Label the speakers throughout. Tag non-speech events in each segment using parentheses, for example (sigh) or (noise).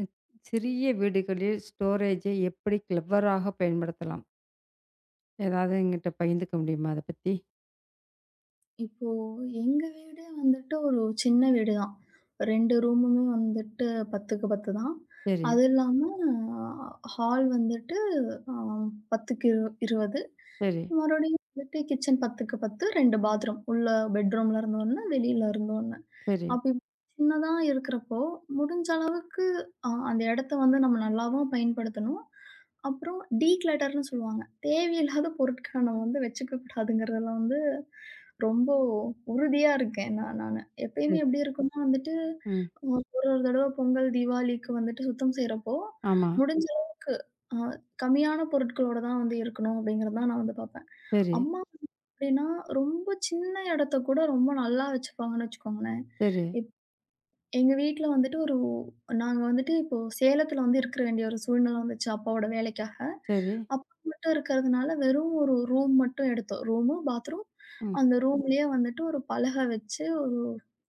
Speaker 1: ம். சிறிய வீடுகளில் ஸ்டோரேஜை எப்படி கிளெவராக பயன்படுத்தலாம்? ஏதாவது என்கிட்ட பகிர்ந்துக்க முடியுமா அத பத்தி?
Speaker 2: இப்போ எங்க வீடு வந்துட்டு ஒரு சின்ன வீடு தான். 2 ரூமுமே வந்துட்டு 10க்கு 10 தான்.
Speaker 1: சரி,
Speaker 2: அது இல்லாம ஹால் வந்துட்டு அ 10க்கு 20.
Speaker 1: சரி,
Speaker 2: மறுபடியும் வந்துட்டு கிச்சன் 10க்கு 10, 2 பாத்ரூம். உள்ள பெட்ரூம்ல இருந்து 1, வெளியில இருந்து 1.
Speaker 1: சரி,
Speaker 2: அப்படி சின்னதா இருக்கிறப்போ, முடிஞ்ச அளவுக்கு அந்த இடத்த வந்து நம்ம நல்லாவும் பயன்படுத்தணும். அப்புறம் டீக்ளட்டர்ன்னு சொல்லுவாங்க. தேவையில்லாத பொருட்கள நம்ம வந்து வச்சுக்க கூடாதுங்கிறதுல வந்து ரொம்ப உறுதியா இருக்கேன் நானு.
Speaker 1: சரி.
Speaker 2: எப்பயுமே எப்படி இருக்கும்னா வந்துட்டு,
Speaker 1: ம்.
Speaker 2: ஒரு ஒரு தடவ பொங்கல், தீபாவளிக்கு வந்துட்டு சுத்தம் செய்றப்போ,
Speaker 1: ஆமா.
Speaker 2: முடிஞ்ச அளவுக்கு அ கம்மியான பொருட்களோட தான் வந்து இருக்கணும் அப்படிங்கிறது தான் நான் வந்து பார்ப்பேன்.
Speaker 1: சரி,
Speaker 2: அம்மா வந்து எப்படின்னா, ரொம்ப சின்ன இடத்த கூட ரொம்ப நல்லா வச்சுப்பாங்கன்னு வச்சுக்கோங்களேன்.
Speaker 1: சரி,
Speaker 2: எங்க வீட்ல வந்துட்டு நாங்க வந்துட்டு இப்போ சேலத்துல வந்து இருக்க வேண்டிய ஒரு சூழ்நிலை வந்துச்சு அப்பாவோட வேலைக்காக.
Speaker 1: சரி.
Speaker 2: அப்பா மட்டும் இருக்கிறதுனால வெறும் ஒரு ரூம் மட்டும் எடுத்தோம். Room, bathroom.
Speaker 1: ம்.
Speaker 2: அந்த ரூம்லயே வந்துட்டு ஒரு பலக வச்சு ஒரு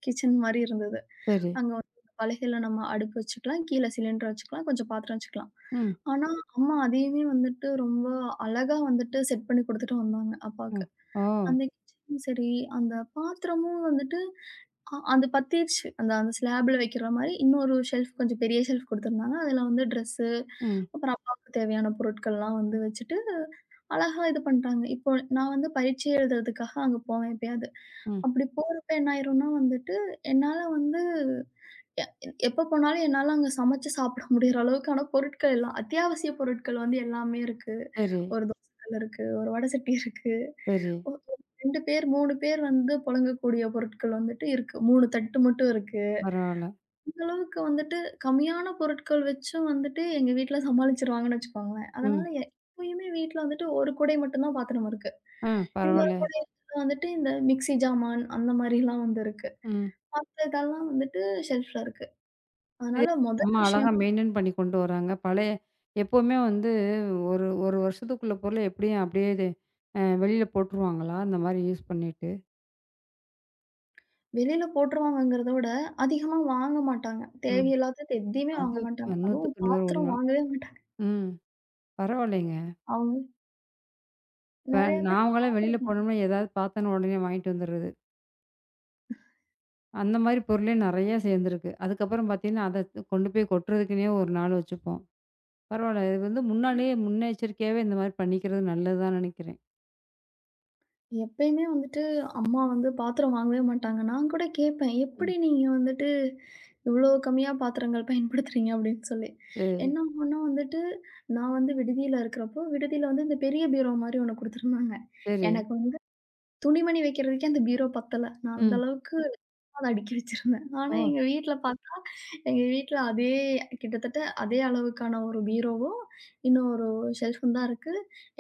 Speaker 2: கிச்சன் மாரி இருந்தது.
Speaker 1: சரி.
Speaker 2: அங்க வந்து அந்த பலகையில நம்ம அடுப்பு வச்சுக்கலாம். கீழ சிலிண்டர் வச்சுக்கலாம். கொஞ்சம் பாத்திரம் வச்சுக்கலாம்.
Speaker 1: ம்.
Speaker 2: ஆனா, அம்மா அதையுமே வந்துட்டு ரொம்ப அழகா வந்துட்டு செட் பண்ணி குடுத்துட்டு வந்தாங்க அப்பாக்கு.
Speaker 1: ம். ஓ!
Speaker 2: அந்த கிச்சனும் சரி, அந்த பாத்திரமும் வந்துட்டு அது பத்திருச்சு. அந்த அந்த ஸ்லாப்ல வைக்கிற மாரி இன்னொரு ஷெல்ஃப் கொஞ்சம் பெரிய ஷெல்ஃப் குடுத்துருந்தாங்க. அதுல வந்து ட்ரெஸ்ஸு,
Speaker 1: ம்.
Speaker 2: அப்புறம் அப்பாவுக்கு தேவையான பொருட்கள்லாம் வந்து வச்சுட்டு, அழகா இது பண்ட்டாங்க. இப்போ நான் வந்து பரீட்சை எழுதுறதுக்காக அங்க போவேன் எப்பயாவது.
Speaker 1: ம்.
Speaker 2: அப்படி போறப்ப என்ன ஆயிரும்னா வந்துட்டு, என்னால வந்து எ எப்ப போனாலும் என்னால அங்க சமைச்சு சாப்பிட முடியிற அளவுக்கு ஆனா பொருட்கள் எல்லாம் அத்தியாவசிய பொருட்கள் வந்து எல்லாமே இருக்கு.
Speaker 1: சரி,
Speaker 2: ஒரு தோசை கல் இருக்கு, ஒரு வடை சட்டி இருக்கு.
Speaker 1: சரி.
Speaker 2: ஒ 2 பேர் 3 பேர் வந்து புழங்கக்கூடிய பொருட்கள் வந்துட்டு இருக்கு. 3 தட்டு மட்டும் இருக்கு.
Speaker 1: பரவால்ல.
Speaker 2: இந்த அளவுக்கு வந்துட்டு கம்மியான பொருட்கள் வச்சும் வந்துட்டு எங்க வீட்ல சமாளிச்சுருவாங்கன்னு வச்சுக்கோங்களேன். அதனால
Speaker 1: ம்.
Speaker 2: எப்பயுமே வீட்ல வந்துட்டு ஒரு குடை மட்டும் தான் பாத்திரம் இருக்கு.
Speaker 1: ஆ,
Speaker 2: இந்த ஒரு
Speaker 1: பரவால்ல.
Speaker 2: குடையில வந்துட்டு இந்த மிக்ஸி ஜாமான் அந்த மாரிலாம் வந்து இருக்கு.
Speaker 1: ம்.
Speaker 2: மத்த இதெல்லாம் வந்துட்டு ஷெல்ஃப்ல இருக்கு.
Speaker 1: இது
Speaker 2: அதனால முதல்
Speaker 1: அம்மா அழகா
Speaker 2: விஷயம்
Speaker 1: மெயின்டெயின் பண்ணி கொண்டு வராங்க. பழைய எப்பவுமே வந்து ஒரு 1 வருஷத்துக்குள்ள பொருள எப்படியும் அப்படியே இது வெளியில போட்டுருவாங்களா? இந்த மாரி யூஸ் பண்ணிட்டு?
Speaker 2: வெளியில போட்டுருவாங்கங்கிறத விட, அதிகமா வாங்க மாட்டாங்க.
Speaker 1: ம்.
Speaker 2: தேவையில்லாதது எதையுமே
Speaker 1: அது
Speaker 2: வாங்க மாட்டாங்க. அதுவும்
Speaker 1: 100க்கு 100
Speaker 2: பாத்திரம்
Speaker 1: உண்ம.
Speaker 2: வாங்கவே மாட்டாங்க.
Speaker 1: ம். பரவாயில்லைங்க.
Speaker 2: அவங்க
Speaker 1: இப்ப
Speaker 2: நெறைய பேர்
Speaker 1: நாங்கலாம் வெளியில
Speaker 2: பாத்துருக்கேன்.
Speaker 1: போனோம்னா, ஏதாவது பார்த்தோன்ன உடனே வாங்கிட்டு வந்துடுறது. அந்த மாரி பொருளே நெறைய சேர்ந்துருக்கு. அதுக்கப்புறம் பார்த்தீங்கன்னா, அத கொண்டு போய் கொட்டுறதுக்குன்னே ஒரு நாள் வச்சுப்போம். பரவாயில்ல. இது வந்து முன்னாலேயே முன்னெச்சரிக்கையாவே இந்த மாரி பண்ணிக்கிறது நல்லதுதான் நினைக்கிறேன்.
Speaker 2: எப்பயுமே வந்துட்டு அம்மா வந்து பாத்திரம் வாங்கவே மாட்டாங்க. நான் கூட கேட்பேன்,
Speaker 1: ம்.
Speaker 2: "எப்படி நீங்க வந்துட்டு இவ்ளோ கம்மியா பாத்திரங்கள் பயன்படுத்துறீங்க?" அப்படின்னு சொல்லி.
Speaker 1: சரி,
Speaker 2: என்ன ஆகும்னா வந்துட்டு, நான் வந்து விடுதியில இருக்கிறப்போ, விடுதியில வந்து இந்த பெரிய பீரோ மாரி ஒண்ணு குடுத்துருந்தாங்க.
Speaker 1: சரி.
Speaker 2: எனக்கு வந்து துணிமணி வைக்கிறதுக்கே அந்த பீரோ பத்தல. நான் அந்த
Speaker 1: ம்.
Speaker 2: அளவுக்கு நான் அடுக்கி வச்சிருந்தேன். ஆனா
Speaker 1: ஓ!
Speaker 2: எங்க வீட்ல பார்த்தா, எங்க வீட்ல அதே கிட்டத்தட்ட அதே அளவுக்கான ஒரு பீரோவும், இன்னும் ஒரு ஷெல்ஃபும் தான் இருக்கு.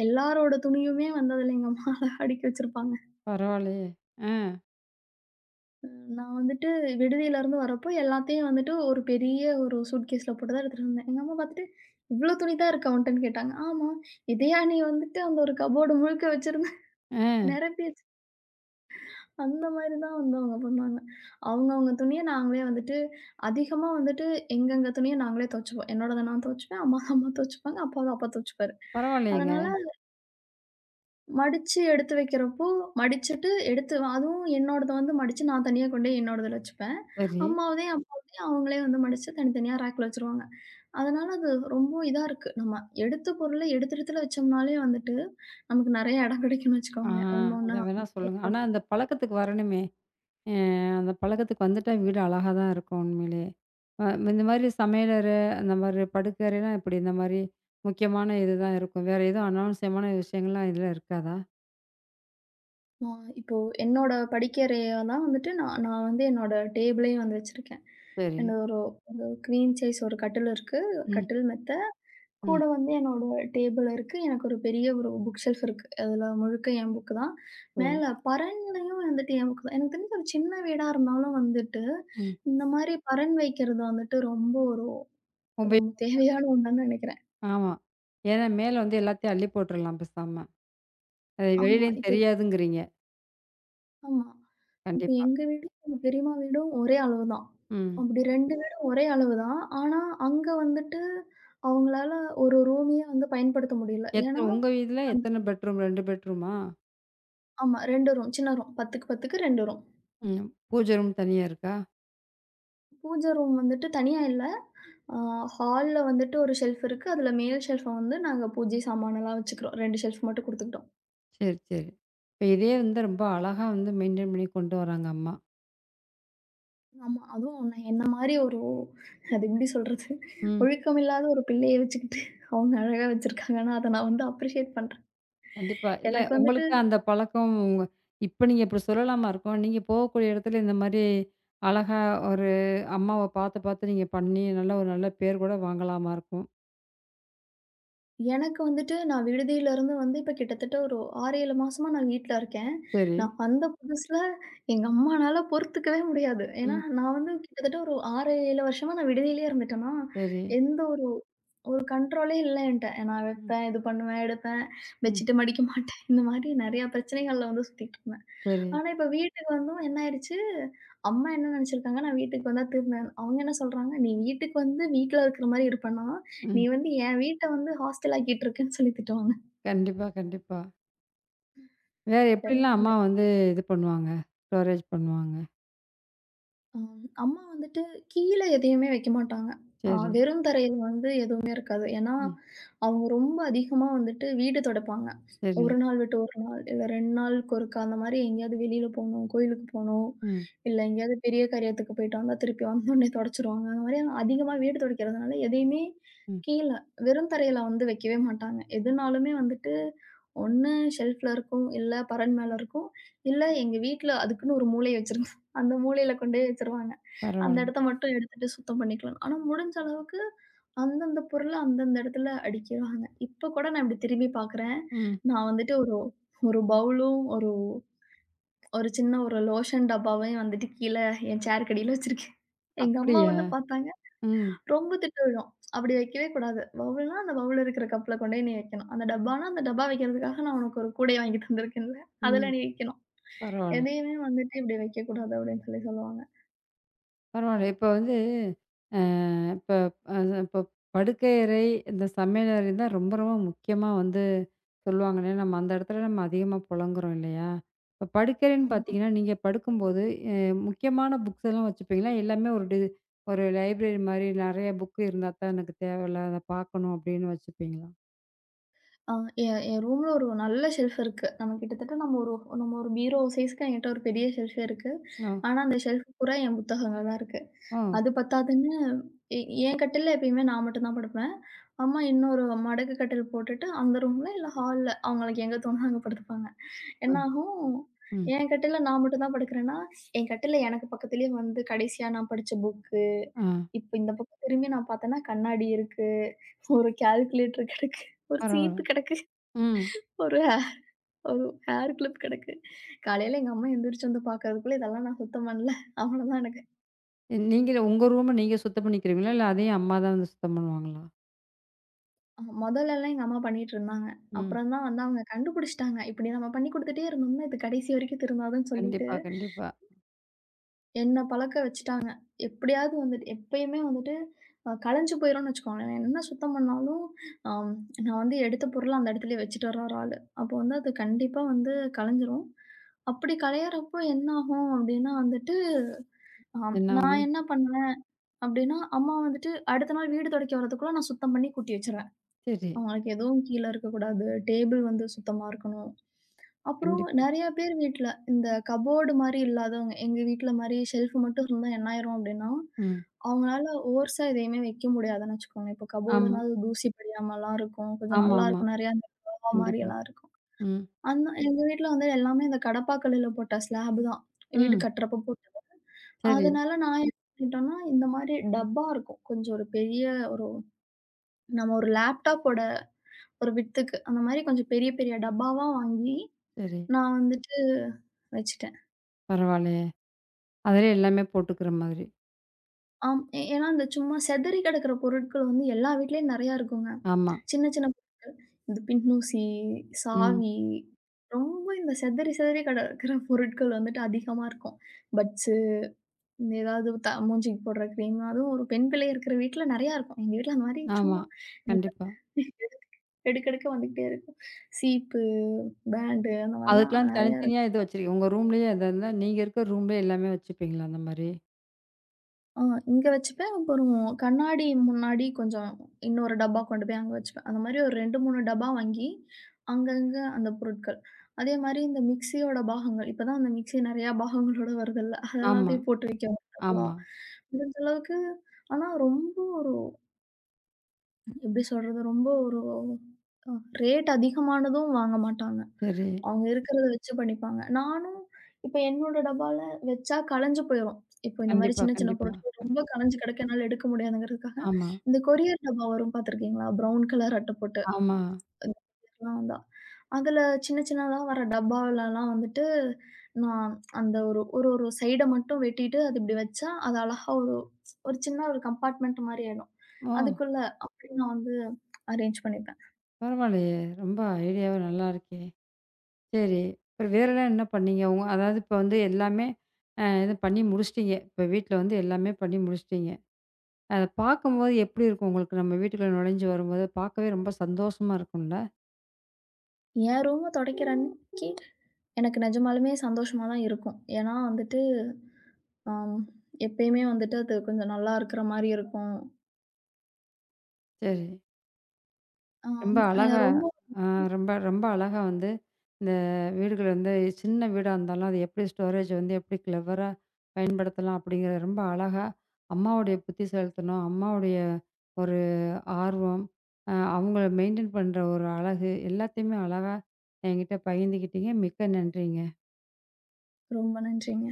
Speaker 2: எல்லாரோட துணியுமே வந்து அதுல எங்க அம்மா அழகா அடுக்கி வச்சிருப்பாங்க.
Speaker 1: பரவாயில்லையே. ஆ,
Speaker 2: நான் வந்துட்டு விடுதியிலருந்து வரப்போ எல்லாத்தையும் வந்துட்டு ஒரு பெரிய ஒரு சூட்கேஸ்ல போட்டு தான் எடுத்துட்டு வந்தேன். எங்க அம்மா பார்த்துட்டு, "இவ்ளோ துணி தான் இருக்கா உன்ட்டன்னு?" கேட்டாங்க. "ஆமா. இதையா நீ வந்துட்டு அந்த ஒரு கப்போர்டு முழுக்க வச்சிருந்த?
Speaker 1: ஆ.
Speaker 2: நிரப்பி அந்த மாரி தான் வந்து அவங்க பண்ணுவாங்க. அவங்கவங்க துணிய நாங்களே வந்துட்டு அதிகமா வந்துட்டு எங்கெங்க துணிய நாங்களே துவைச்சுப்போம். என்னோடத நான் துவைச்சுப்பேன். அம்மா அம்மா துவைச்சுப்பாங்க. அப்பாவ அப்பா துவைச்சுப்பாரு.
Speaker 1: பரவாயில்லையேங்க.
Speaker 2: அதனால மடிச்சு எடுத்து வைக்கிறப்போ, மடிச்சுட்டு எடுத்து அதுவும் என்னோடத வந்து மடிச்சு நான் தனியா கொண்டு போய் என்னோடதுல வச்சுப்பேன்.
Speaker 1: சரி.
Speaker 2: அம்மாவதையும் அப்பாவதையும் அவங்களே வந்து மடிச்சு தனித்தனியா ரேக்ல வச்சுருவாங்க. அதனால அது ரொம்ப இதா இருக்கு. நம்ம எடுத்த பொருள எடுத்து எடுத்துல வச்சோம்னாலே வந்துட்டு, நமக்கு நெறைய இடம் கிடைக்கும்னு
Speaker 1: ஆ
Speaker 2: வச்சுக்கோங்களேன். ஒண்ணு
Speaker 1: அத
Speaker 2: ஒண்ணா
Speaker 1: வேணா சொல்லுங்க. ஆனா அந்த பழக்கத்துக்கு வரணுமே! அ அந்த பழக்கத்துக்கு வந்துட்டா வீடு அழகா தான் இருக்கும் உண்மையிலேயே. அ இந்த மாதிரி சமையலறை, அந்த மாதிரி படுக்கறைலாம் எப்படி? இந்த மாதிரி முக்கியமான இதுதான் இருக்கும். வேற எதுவும் அனாவசியமான விஷயங்கள்லாம் இதுல இருக்காதா?
Speaker 2: ஆ இப்போ என்னோட படிக்கறைய தான் வந்துட்டு நான் நான் வந்து என்னோட டேபிளே வந்து வச்சிருக்கேன்.
Speaker 1: சரி.
Speaker 2: என்ன ஒரு ஒரு குவீன் சைஸ் ஒரு கட்டில் இருக்கு.
Speaker 1: ம்,
Speaker 2: கட்டில் மெத்த. கூட
Speaker 1: ம்.
Speaker 2: வந்து என்னோட டேபிள் இருக்கு. எனக்கு ஒரு பெரிய ஒரு புக் ஷெல்ஃப் இருக்கு. அதில முழுக்க என் புக்கு தான்.
Speaker 1: சரி.
Speaker 2: மேல பரன்லயும் வந்துட்டு என் புக்கு தான். எனக்கு தெரிஞ்சு ஒரு சின்ன வீடா இருந்தாலும் வந்துட்டு,
Speaker 1: ம்.
Speaker 2: இந்த மாரி பரண் வைக்கிறது வந்துட்டு ரொம்ப ஒரு ரொம்ப
Speaker 1: உபயோகிக்கு.
Speaker 2: தேவையான ஒண்ணுன்னு நெனைக்கிறேன்.
Speaker 1: ஆமா. ஏன்னா மேல வந்து எல்லாத்தையும் அள்ளி போட்டுறலாம் பேசாம. அது
Speaker 2: ஆமா.
Speaker 1: வெளியிலயும்
Speaker 2: இப்ப
Speaker 1: தெரியாதுங்கிறீங்க.
Speaker 2: ஆமா. இப்ப
Speaker 1: கண்டிப்பா.
Speaker 2: எங்க வீடும், எங்க பெரியம்மா வீடும் ஒரே அளவு தான்.
Speaker 1: ம்.
Speaker 2: அப்படி 2 வீடும் ஒரே அளவு தான். ஆனா, அங்க வந்துட்டு அவங்களால ஒரு ரூமையே வந்து பயன்படுத்த முடியல.
Speaker 1: எத்த
Speaker 2: ஏன்னா,
Speaker 1: உங்க வீட்ல
Speaker 2: அந்த
Speaker 1: எத்தன பெட்ரூம்? 2 பெட்ரூமா?
Speaker 2: ஆமா 2 ரூம். சின்ன ரூம். 10க்கு 2 ரூம்.
Speaker 1: ம். பூஜை ரூம் தனியா இருக்கா?
Speaker 2: பூஜை ரூம் வந்துட்டு தனியா இல்ல. அ ஹால்ல வந்துட்டு ஒரு ஷெல்ஃப் இருக்கு. அதுல மேல் ஷெல்ஃப வந்து நாங்க பூஜை சாமானெல்லாம் எல்லாம் வச்சுக்கிறோம். 2 ஷெல்ஃப் மட்டும் குடுத்துக்கிட்டோம்.
Speaker 1: சரி, சரி. இப்ப இதே வந்து ரொம்ப அழகா வந்து மெயின்டெயின் பண்ணி கொண்டு வராங்க அம்மா.
Speaker 2: ஆமா. அதுவும் உன்ன என்ன மாரி ஒரு அது எப்படி சொல்றது?
Speaker 1: ம்.
Speaker 2: ஒழுக்கமில்லாத ஒரு பிள்ளைய வச்சுக்கிட்டு அவங்க அழகா வச்சிருக்காங்கன்னா, அத நான் வந்து அப்ரிஷியேட் பண்றேன்.
Speaker 1: கண்டிப்பா. இல்ல
Speaker 2: எனக்கு வந்துட்டு
Speaker 1: உங்களுக்கு அந்த பழக்கம் உங்க இப்ப நீங்க இப்படி சொல்லலாமா இருக்கும்? நீங்க போகக்கூடிய இடத்துல இந்த மாரி அழகா ஒரு அம்மாவ பார்த்து, பார்த்து நீங்க பண்ணி நல்ல ஒரு நல்ல பேர் கூட வாங்கலாமா இருக்கும்?
Speaker 2: எனக்கு வந்துட்டு நான் விடுதியிலருந்து வந்து இப்ப கிட்டத்தட்ட ஒரு 6, 7 மாசமா நான் வீட்ல இருக்கேன்.
Speaker 1: சரி.
Speaker 2: நான் வந்த புதுசுல எங்க அம்மானால பொறுத்துக்கவே முடியாது. ஏன்னா,
Speaker 1: ம்.
Speaker 2: நான் வந்து கிட்டத்தட்ட ஒரு 6, 7 வருஷமா நான் விடுதியிலேயே இருந்துட்டேன்னா,
Speaker 1: சரி.
Speaker 2: எந்த ஒரு ஒரு கண்ட்ரோலே இல்ல என்ட்ட. நான்
Speaker 1: ம்.
Speaker 2: வைப்பேன், இது பண்ணுவேன், எடுப்பேன்,
Speaker 1: ம்.
Speaker 2: பெட்ஷீட்டு மடிக்க மாட்டேன். இந்த மாரி நெறைய பிரச்சனைகள்ல வந்து சுத்திட்டு இருந்தேன்.
Speaker 1: சரி.
Speaker 2: ஆனா, இப்ப வீட்டுக்கு வந்தும் என்ன ஆயிருச்சு? அம்மா என்ன நெனச்சிருக்காங்க, நான் வீட்டுக்கு வந்தா திருந்தேன். அவங்க என்ன சொல்றாங்க, "நீ வீட்டுக்கு வந்து வீட்ல இருக்கிற மாரி இருப்பேன்னா, நீ
Speaker 1: ம்.
Speaker 2: வந்து என் வீட்ட வந்து ஹாஸ்டல் ஆக்கிட்டு இருக்கேன்னு" சொல்லி திட்டுவாங்க.
Speaker 1: கண்டிப்பா, கண்டிப்பா. வேற எப்படிலாம்
Speaker 2: எல்லாமே.
Speaker 1: அம்மா வந்து இது பண்ணுவாங்க? ஸ்டோரேஜ் பண்ணுவாங்க?
Speaker 2: ஆம். அம்மா வந்துட்டு கீழ எதையுமே வைக்க மாட்டாங்க.
Speaker 1: சரி.
Speaker 2: வெறும் தரையில வந்து எதுவுமே இருக்காது. ஏன்னா,
Speaker 1: ம்.
Speaker 2: அவங்க ரொம்ப அதிகமா வந்துட்டு வீடு துடைப்பாங்க.
Speaker 1: சரி.
Speaker 2: 1 நாள் விட்டு 1 நாள், இல்ல 2 நாளுக்கு ஒருக்கா அந்த மாரி எங்கேயாவது வெளியில போணும், கோயிலுக்கு போணும்,
Speaker 1: ம்.
Speaker 2: இல்ல எங்கேயாவது பெரிய காரியத்துக்கு போயிட்டு வந்தா திருப்பி வந்தோனே துடைச்சுருவாங்க. அந்த மாரி அதிகமா வீடு துடைக்கிறதுனால எதையுமே
Speaker 1: ம்.
Speaker 2: கீழ வெறும் தரையில வந்து வைக்கவே மாட்டாங்க. எதுனாலுமே வந்துட்டு ஒண்ணு ஷெல்ஃப்ல இருக்கும், இல்ல பரண் மேல இருக்கும், இல்ல எங்க வீட்ல அதுக்குன்னு ஒரு மூலை வச்சிருக்காங்க. அந்த மூலையில கொண்டு போய் வச்சுருவாங்க. அந்த
Speaker 1: பரவால்ல.
Speaker 2: இடத்த மட்டும் எடுத்துட்டு சுத்தம் பண்ணிக்கலாம். ஆனா, முடிஞ்ச அளவுக்கு அந்தந்த பொருள அந்தந்த இடத்துல அடிக்கிறாங்க. இப்ப கூட நான் இப்படி திரும்பி பார்க்குறேன்.
Speaker 1: ம்.
Speaker 2: நான் வந்துட்டு ஒரு ஒரு பவுலும், ஒரு ஒரு சின்ன ஒரு லோஷன் டப்பாவையும் வந்துட்டு கீழ என் சேருக்கடியில வச்சிருக்கேன். எங்க அம்மா
Speaker 1: அப்படியா?
Speaker 2: வந்து பார்த்தாங்க,
Speaker 1: ம்.
Speaker 2: ரொம்ப திட்டு விழும். அப்படி வைக்கவே கூடாது. பவுல்னா அந்த பவுல் இருக்கிற கப்ல கொண்டு போய் நீ வைக்கணும். அந்த டப்பானா அந்த டப்பா வைக்கிறதுக்காக நான் உனக்கு ஒரு கூடை வாங்கி தந்திருக்கேன்ல,
Speaker 1: ம்.
Speaker 2: அதுல நீ வைக்கணும்.
Speaker 1: பரவால்ல.
Speaker 2: எதையுமே வந்துட்டு இப்படி வைக்கக்கூடாது அப்படின்னு சொல்லி சொல்லுவாங்க.
Speaker 1: பரவால்ல. இப்ப வந்து அ இப்ப அ இப்ப படுக்கையறை, இந்த சமையலறை தான் ரொம்ப ரொம்ப முக்கியமா வந்து சொல்லுவாங்களே! நம்ம அந்த இடத்துல நம்ம அதிகமா புலங்குறோம் இல்லயா! இப்ப படுக்கையறைன்னு
Speaker 2: ஆமா.
Speaker 1: பார்த்தீங்கன்னா, நீங்க படுக்கும்போது அ முக்கியமான புக்ஸ் எல்லாம் வச்சுப்பீங்களா? எல்லாமே ஒரு லைப்ரரி மாரி நெறைய புக் இருந்தா தான் எனக்கு தேவையில்ல. அத பார்க்கணும் அப்பிடின்னு வச்சுப்பீங்களா?
Speaker 2: ஆ என் என் ரூம்ல ஒரு நல்ல ஷெல்ஃப் இருக்கு. நம்ம கிட்டத்தட்ட நம்ம ஒரு நம்ம ஒரு பீரோ சைஸ்க்கு என்கிட்ட ஒரு பெரிய ஷெல்ஃபே இருக்கு.
Speaker 1: ஓ!
Speaker 2: ஆனா, அந்த ஷெல்ஃப் பூரா என் புத்தகங்கள் தான் இருக்கு.
Speaker 1: ஓ!
Speaker 2: அது பத்தாதுன்னு எ என் கட்டில்ல எப்பயுமே நான் மட்டும் தான் படுப்பேன். அம்மா இன்னொரு மடக்கு கட்டில் போட்டுட்டு அந்த ரூம்ல இல்ல ஹால்ல அவங்களுக்கு எங்க தோணுதோ அங்க படுத்துப்பாங்க.
Speaker 1: அ
Speaker 2: என்னாகும்,
Speaker 1: ம்.
Speaker 2: என் கட்டில்ல நான் மட்டும் தான் படுக்கிறேன்னா, என் கட்டில்ல எனக்கு பக்கத்துலயே வந்து கடைசியா நான் படிச்ச புக்கு,
Speaker 1: ஆ,
Speaker 2: இப்ப இந்த பக்கம் திரும்பி நான் பார்த்தேன்னா கண்ணாடி இருக்கு, ஒரு கால்குலேட்டர் கிடக்கு, ஒரு
Speaker 1: பரவால்ல.
Speaker 2: சீப்பு கிடக்கு,
Speaker 1: ம்.
Speaker 2: ஒரு ஒரு ஹேர் கிளிப் கிடக்கு. காலையில எங்க அம்மா எந்திரிச்சு வந்து பார்க்கறதுக்குள்ள இதெல்லாம் நான் சுத்தம் பண்ணல. அவ்வளோதான் எனக்கு.
Speaker 1: நீங்களே உங்க ரூம நீங்க சுத்தம் பண்ணிக்கிறீங்களா? இல்ல அதையும் அம்மா தான் வந்து சுத்தம் பண்ணுவாங்களா?
Speaker 2: மொதல்லலாம் எங்க அம்மா பண்ணிட்டுருந்தாங்க.
Speaker 1: ம்.
Speaker 2: அப்புறம் தான் வந்து அவங்க கண்டுபிடிச்சுட்டாங்க. இப்படி நம்ம பண்ணி குடுத்துட்டே இருந்தோம்னா, இது கடைசி வரைக்கும் திருந்தாதுன்னு சொல்லிட்டு,
Speaker 1: கண்டிப்பா, கண்டிப்பா.
Speaker 2: என்ன பழக்க வச்சுட்டாங்க. எப்படியாவது வந்துட்டு எப்பயுமே வந்துட்டு கலஞ்சு போயிரும்னு வச்சுக்கோங்களேன். நான் என்ன சுத்தம் பண்ணாலும், அம் நான் வந்து எடுத்த பொருள அந்த இடத்துலயே வச்சுட்டு வர ஒரு ஆளு. அப்போ வந்து அது கண்டிப்பா வந்து கலஞ்சிரும். அப்படி கலையறப்போ என்ன ஆகும் அப்படின்னா வந்துட்டு, அ நான்
Speaker 1: என்னாகும்?
Speaker 2: என்ன பண்ணுவேன் அப்டின்னா, அம்மா வந்துட்டு அடுத்த நாள் வீடு தொடைக்க வரதுக்குள்ள நான் சுத்தம் பண்ணி கூட்டி வச்சுருவேன்.
Speaker 1: சரி.
Speaker 2: அவங்களுக்கு எதுவும் கீழ இருக்கக்கூடாது. டேபிள் வந்து சுத்தமா இருக்கணும். அப்புறம்
Speaker 1: கண்டிப்பா.
Speaker 2: நெறைய பேர் வீட்ல இந்த கபோர்டு மாரி இல்லாதவங்க, எங்க வீட்ல மாரி ஷெல்ஃப் மட்டும் இருந்தா என்ன ஆயிரும் அப்டின்னா,
Speaker 1: ம்.
Speaker 2: அவங்களால ஓர்ஸா எதையுமே வைக்க முடியாதுன்னு வச்சுக்கோங்க. இப்போ
Speaker 1: ஆமா.
Speaker 2: கபோர்டுனா அது தூசி படியாமலாம் இருக்கும். கொஞ்சம் நல்லா
Speaker 1: ஆமாமா.
Speaker 2: இருக்கும். நெறையா அந்த ரோவா
Speaker 1: கண்டிப்பா.
Speaker 2: மாரியெல்லாம் இருக்கும்.
Speaker 1: ம்.
Speaker 2: அந்த எங்க வீட்ல வந்து எல்லாமே இந்த கடப்பாக்கல்லுல போட்ட ஸ்லாப் தான். வீடு
Speaker 1: ம்.
Speaker 2: கட்டுறப்போ
Speaker 1: சரி,
Speaker 2: அதனால நான் என்ன பண்ணிட்டோம்னா, இந்த மாரி டப்பா இருக்கும். கொஞ்சம் ஒரு பெரிய ஒரு நம்ம ஒரு லேப்டாப்போட ஒரு விட்த்துக்கு, அந்த மாரி கொஞ்சம் பெரிய பெரிய டப்பாவா வாங்கி,
Speaker 1: சரி.
Speaker 2: நான் வந்துட்டு வச்சுட்டேன்.
Speaker 1: பரவாயில்லையே! அதிலே எல்லாமே போட்டுக்கிற மாதிரி.
Speaker 2: ஆம் ஏன்னா இந்த சும்மா செதறி கிடக்கிற பொருட்கள் வந்து எல்லா வீட்லயும் நெறையா இருக்குங்க.
Speaker 1: ஆமா.
Speaker 2: சின்ன சின்ன இந்த பின்னூசி,
Speaker 1: ம்.
Speaker 2: சாவி, ரொம்ப இந்த செதறி செதறி கிடக்கிற பொருட்கள் வந்துட்டு அதிகமா இருக்கும். பட்ஸ் இந்த ஏதாவது மூஞ்சிக்கு போடுற கிரீம், அதுவும் ஒரு பெண் பிள்ளை இருக்கிற வீட்ல நெறையா இருக்கும். எங்க வீட்ல அந்த மாரி
Speaker 1: ஆமா.
Speaker 2: சும்மா நீங்க
Speaker 1: கண்டிப்பா.
Speaker 2: (laughs) எடுக் எடுக்கெடுக்க வந்துகிட்டே இருக்கும். சீப்பு, பேண்டு அந்த மாரிலாம்
Speaker 1: அதுக்கெல்லாம்
Speaker 2: நெறையா
Speaker 1: தனித்தனியா
Speaker 2: இருக்கும்.
Speaker 1: இது வச்சிருக்கீங்க. உங்க ரூம்லேயே அது இருந்தா நீங்க இருக்கிற ரூம்லேயே எல்லாமே வச்சுப்பீங்களா அந்த மாரி?
Speaker 2: ஆ இங்க வச்சுப்பேன். அப்புறம் கண்ணாடி முன்னாடி கொஞ்சம் இன்னொரு டப்பா கொண்டு போய் அங்க வச்சுப்பேன். அந்த மாரி ஒரு 2, 3 டப்பா வாங்கி அங்கங்க அந்த பொருட்கள். அதே மாரி இந்த மிக்ஸியோட பாகங்கள். இப்ப தான் அந்த மிக்ஸி நெறையா பாகங்களோட வருதுல்ல. அது
Speaker 1: ஆமா,
Speaker 2: எல்லாத்தையும் போட்டு வைக்க ஒரு டப்பா.
Speaker 1: ஆமா.
Speaker 2: முடிஞ்ச அளவுக்கு ஆனா ரொம்ப எப்படி சொல்றது? ரொம்ப ஒரு அ ரேட் அதிகமானதும் வாங்க மாட்டாங்க.
Speaker 1: சரி.
Speaker 2: அவங்க இருக்கிறத வச்சு பண்ணிப்பாங்க. நானும் இப்ப என்னோட டப்பால வச்சா கலஞ்சு போயிரும். இப்போ இந்த மாரி
Speaker 1: கண்டிப்பா,
Speaker 2: சின்ன, சின்ன
Speaker 1: கண்டிப்பா.
Speaker 2: பொருட்கள் ரொம்ப கலஞ்சு கிடக்கு என்னால எடுக்க முடியாதுங்கிறதுக்காக,
Speaker 1: ஆமா,
Speaker 2: இந்த கொரியர் டப்பா வரும் பார்த்துருக்கீங்களா? ப்ரவுன் கலர் அட்ட போட்டு.
Speaker 1: ஆமா.
Speaker 2: இந்த மாதிரிலாம் வந்தா அதுல சின்ன சின்னதா வர டப்பாவுலலாம் வந்துட்டு, நான் அந்த ஒரு ஒரு ஒரு சைட மட்டும் வெட்டிட்டு, அது இப்படி வச்சா, அது அழகா ஒரு ஒரு சின்ன ஒரு கம்பார்ட்மெண்ட் மாரி ஆயிடும்.
Speaker 1: ஓ!
Speaker 2: அதுக்குள்ள அப்படி நான் வந்து அரேஞ்ச் பண்ணிப்பேன்.
Speaker 1: பரவாயில்லையே! ரொம்ப ஐடியாவே நல்லா இருக்கே! சரி. அப்புறம் வேறலாம் என்ன பண்ணீங்க? உங்க அதாவது இப்ப வந்து எல்லாமே இது பண்ணி முடிச்சுட்டீங்க. இப்ப வீட்ல வந்து எல்லாமே பண்ணி முடிச்சுட்டீங்க. அத பார்க்கும்போது எப்படி இருக்கும் உங்களுக்கு? நம்ம வீட்டுக்குள்ள நுழைஞ்சு வரும்போது பார்க்கவே ரொம்ப சந்தோஷமா இருக்கும்ல?
Speaker 2: என் ரூம தொடைக்கிற அன்னைக்கு எனக்கு நிஜமாலுமே சந்தோஷமா தான் இருக்கும். ஏன்னா வந்துட்டு, ஆம் எப்பயுமே வந்துட்டு அது கொஞ்சம் நல்லா இருக்கிற மாரி இருக்கும்.
Speaker 1: சரி. ரொம்ப
Speaker 2: ஆம்
Speaker 1: அழகா
Speaker 2: ரொம்ப
Speaker 1: ஆ ரொம்ப ரொம்ப அழகா வந்து இந்த வீடுகள் வந்து சின்ன வீடா இருந்தாலும், அது எப்படி ஸ்டோரேஜ் வந்து எப்படி கிளவரா பயன்படுத்தலாம் அப்படிங்கிறத ரொம்ப அழகா அம்மாவுடைய புத்தி செலுத்தணும். அம்மாவுடைய ஒரு ஆர்வம், அவங்கள மெயின்டெயின் பண்ற ஒரு அழகு எல்லாத்தையுமே அழகா என்கிட்ட பகிர்ந்துக்கிட்டீங்க. மிக்க நன்றிங்க.
Speaker 2: ரொம்ப நன்றிங்க.